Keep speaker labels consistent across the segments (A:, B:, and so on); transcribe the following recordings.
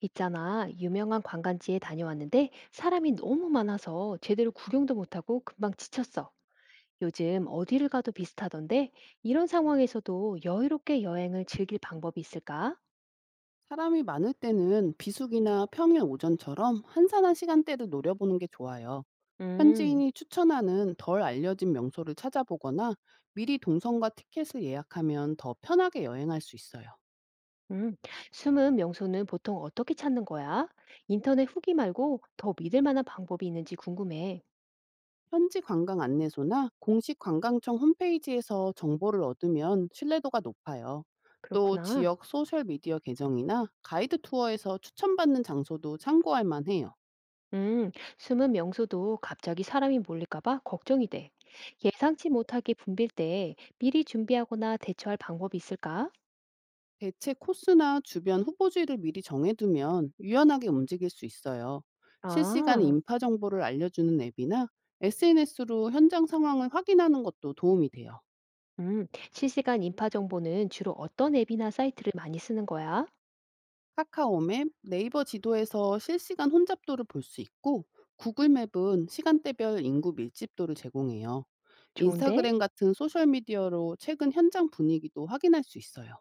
A: 있잖아, 유명한 관광지에 다녀왔는데 사람이 너무 많아서 제대로 구경도 못하고 금방 지쳤어. 요즘 어디를 가도 비슷하던데, 이런 상황에서도 여유롭게 여행을 즐길 방법이 있을까?
B: 사람이 많을 때는 비수기나 평일 오전처럼 한산한 시간대를 노려보는 게 좋아요.
A: 음,
B: 현지인이 추천하는 덜 알려진 명소를 찾아보거나 미리 동선과 티켓을 예약하면 더 편하게 여행할 수 있어요.
A: 음. 숨은 명소는 보통 어떻게 찾는 거야? 인터넷 후기 말고 더 믿을 만한 방법이 있는지 궁금해.
B: 현지 관광 안내소나 공식 관광청 홈페이지에서 정보를 얻으면 신뢰도가 높아요. 또
A: 그렇구나.
B: 지역 소셜미디어 계정이나 가이드 투어에서 추천받는 장소도 참고할 만해요.
A: 음, 숨은 명소도 갑자기 사람이 몰릴까 봐 걱정이 돼. 예상치 못하게 붐빌 때 미리 준비하거나 대처할 방법이 있을까?
B: 대체 코스나 주변 후보지를 미리 정해두면 유연하게 움직일 수 있어요. 실시간
A: 아,
B: 인파 정보를 알려주는 앱이나 SNS로 현장 상황을 확인하는 것도 도움이 돼요.
A: 음, 실시간 인파 정보는 주로 어떤 앱이나 사이트를 많이 쓰는 거야?
B: 카카오맵, 네이버 지도에서 실시간 혼잡도를 볼 수 있고 구글맵은 시간대별 인구 밀집도를 제공해요.
A: 좋은데?
B: 인스타그램 같은 소셜미디어로 최근 현장 분위기도 확인할 수 있어요.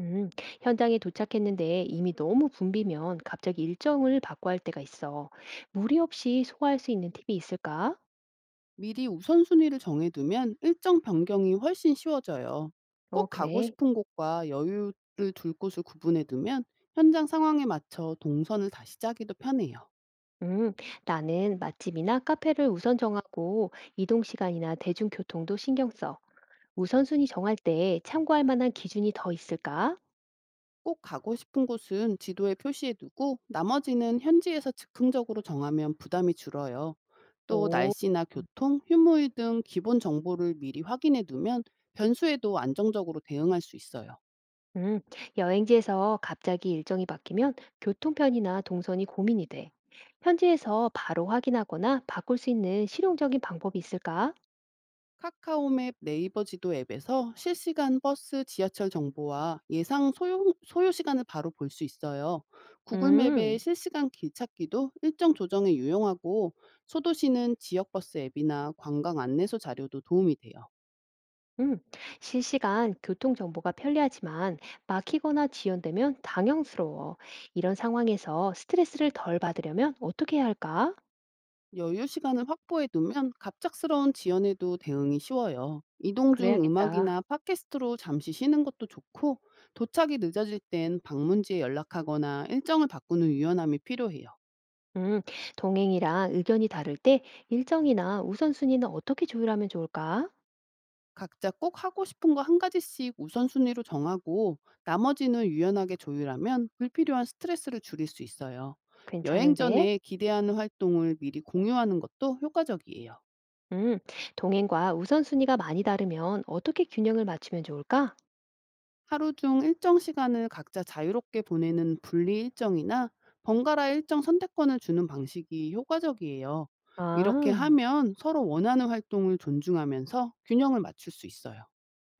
A: 음, 현장에 도착했는데 이미 너무 붐비면 갑자기 일정을 바꿔야 할 때가 있어. 무리 없이 소화할 수 있는 팁이 있을까?
B: 미리 우선순위를 정해두면 일정 변경이 훨씬 쉬워져요.
A: 어,
B: 꼭 가고
A: 그래.
B: 싶은 곳과 여유를 둘 곳을 구분해두면 현장 상황에 맞춰 동선을 다시 짜기도 편해요.
A: 음, 나는 맛집이나 카페를 우선 정하고 이동 시간이나 대중교통도 신경 써. 우선순위 정할 때 참고할 만한 기준이 더 있을까?
B: 꼭 가고 싶은 곳은 지도에 표시해두고 나머지는 현지에서 즉흥적으로 정하면 부담이 줄어요. 또
A: 오,
B: 날씨나 교통, 휴무일 등 기본 정보를 미리 확인해두면 변수에도 안정적으로 대응할 수 있어요.
A: 음, 여행지에서 갑자기 일정이 바뀌면 교통편이나 동선이 고민이 돼. 현지에서 바로 확인하거나 바꿀 수 있는 실용적인 방법이 있을까?
B: 카카오맵 네이버 지도 앱에서 실시간 버스, 지하철 정보와 예상 소요 시간을 바로 볼 수 있어요. 구글맵의
A: 음.
B: 실시간 길 찾기도 일정 조정에 유용하고 소도시는 지역 버스 앱이나 관광 안내소 자료도 도움이 돼요.
A: 음, 실시간 교통정보가 편리하지만 막히거나 지연되면 당황스러워. 이런 상황에서 스트레스를 덜 받으려면 어떻게 해야 할까?
B: 여유 시간을 확보해 두면 갑작스러운 지연에도 대응이 쉬워요. 이동 중
A: 그래야겠다.
B: 음악이나 팟캐스트로 잠시 쉬는 것도 좋고 도착이 늦어질 땐 방문지에 연락하거나 일정을 바꾸는 유연함이 필요해요.
A: 음, 동행이랑 의견이 다를 때 일정이나 우선순위는 어떻게 조율하면 좋을까?
B: 각자 꼭 하고 싶은 거 한 가지씩 우선순위로 정하고 나머지는 유연하게 조율하면 불필요한 스트레스를 줄일 수 있어요. 여행
A: 괜찮은데?
B: 전에 기대하는 활동을 미리 공유하는 것도 효과적이에요.
A: 음, 동행과 우선순위가 많이 다르면 어떻게 균형을 맞추면 좋을까?
B: 하루 중 일정 시간을 각자 자유롭게 보내는 분리 일정이나 번갈아 일정 선택권을 주는 방식이 효과적이에요. 이렇게
A: 아.
B: 하면 서로 원하는 활동을 존중하면서 균형을 맞출 수 있어요.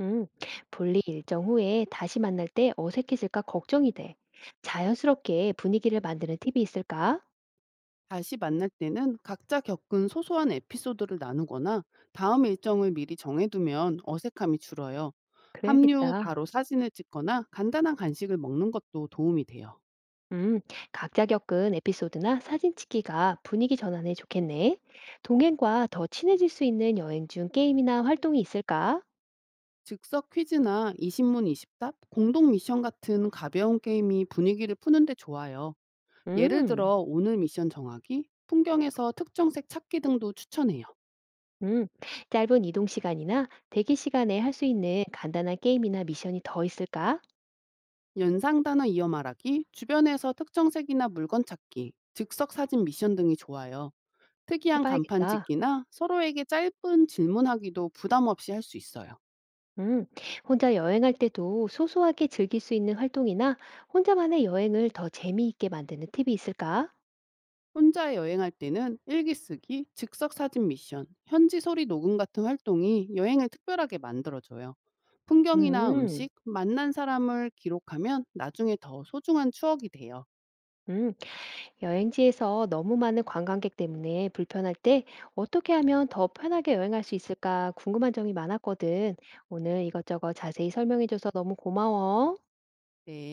A: 음, 분리 일정 후에 다시 만날 때 어색해질까 걱정이 돼. 자연스럽게 분위기를 만드는 팁이 있을까?
B: 다시 만날 때는 각자 겪은 소소한 에피소드를 나누거나 다음 일정을 미리 정해두면 어색함이 줄어요. 합류 후
A: 그래야겠다.
B: 바로 사진을 찍거나 간단한 간식을 먹는 것도 도움이 돼요.
A: 음, 각자 겪은 에피소드나 사진 찍기가 분위기 전환에 좋겠네. 동행과 더 친해질 수 있는 여행 중 게임이나 활동이 있을까?
B: 즉석 퀴즈나 20문 20답, 공동 미션 같은 가벼운 게임이 분위기를 푸는데 좋아요. 예를
A: 음,
B: 들어 오늘 미션 정하기, 풍경에서 특정색 찾기 등도 추천해요.
A: 음, 짧은 이동 시간이나 대기 시간에 할 수 있는 간단한 게임이나 미션이 더 있을까?
B: 연상 단어 이어 말하기, 주변에서 특정색이나 물건 찾기, 즉석 사진 미션 등이 좋아요. 특이한 간판
A: 해봐야겠다.
B: 찍기나 서로에게 짧은 질문하기도 부담 없이 할 수 있어요.
A: 음, 혼자 여행할 때도 소소하게 즐길 수 있는 활동이나 혼자만의 여행을 더 재미있게 만드는 팁이 있을까?
B: 혼자 여행할 때는 일기 쓰기, 즉석 사진 미션, 현지 소리 녹음 같은 활동이 여행을 특별하게 만들어줘요. 풍경이나
A: 음,
B: 음식, 만난 사람을 기록하면 나중에 더 소중한 추억이 돼요.
A: 음, 여행지에서 너무 많은 관광객 때문에 불편할 때 어떻게 하면 더 편하게 여행할 수 있을까 궁금한 점이 많았거든. 오늘 이것저것 자세히 설명해줘서 너무 고마워.
B: 네.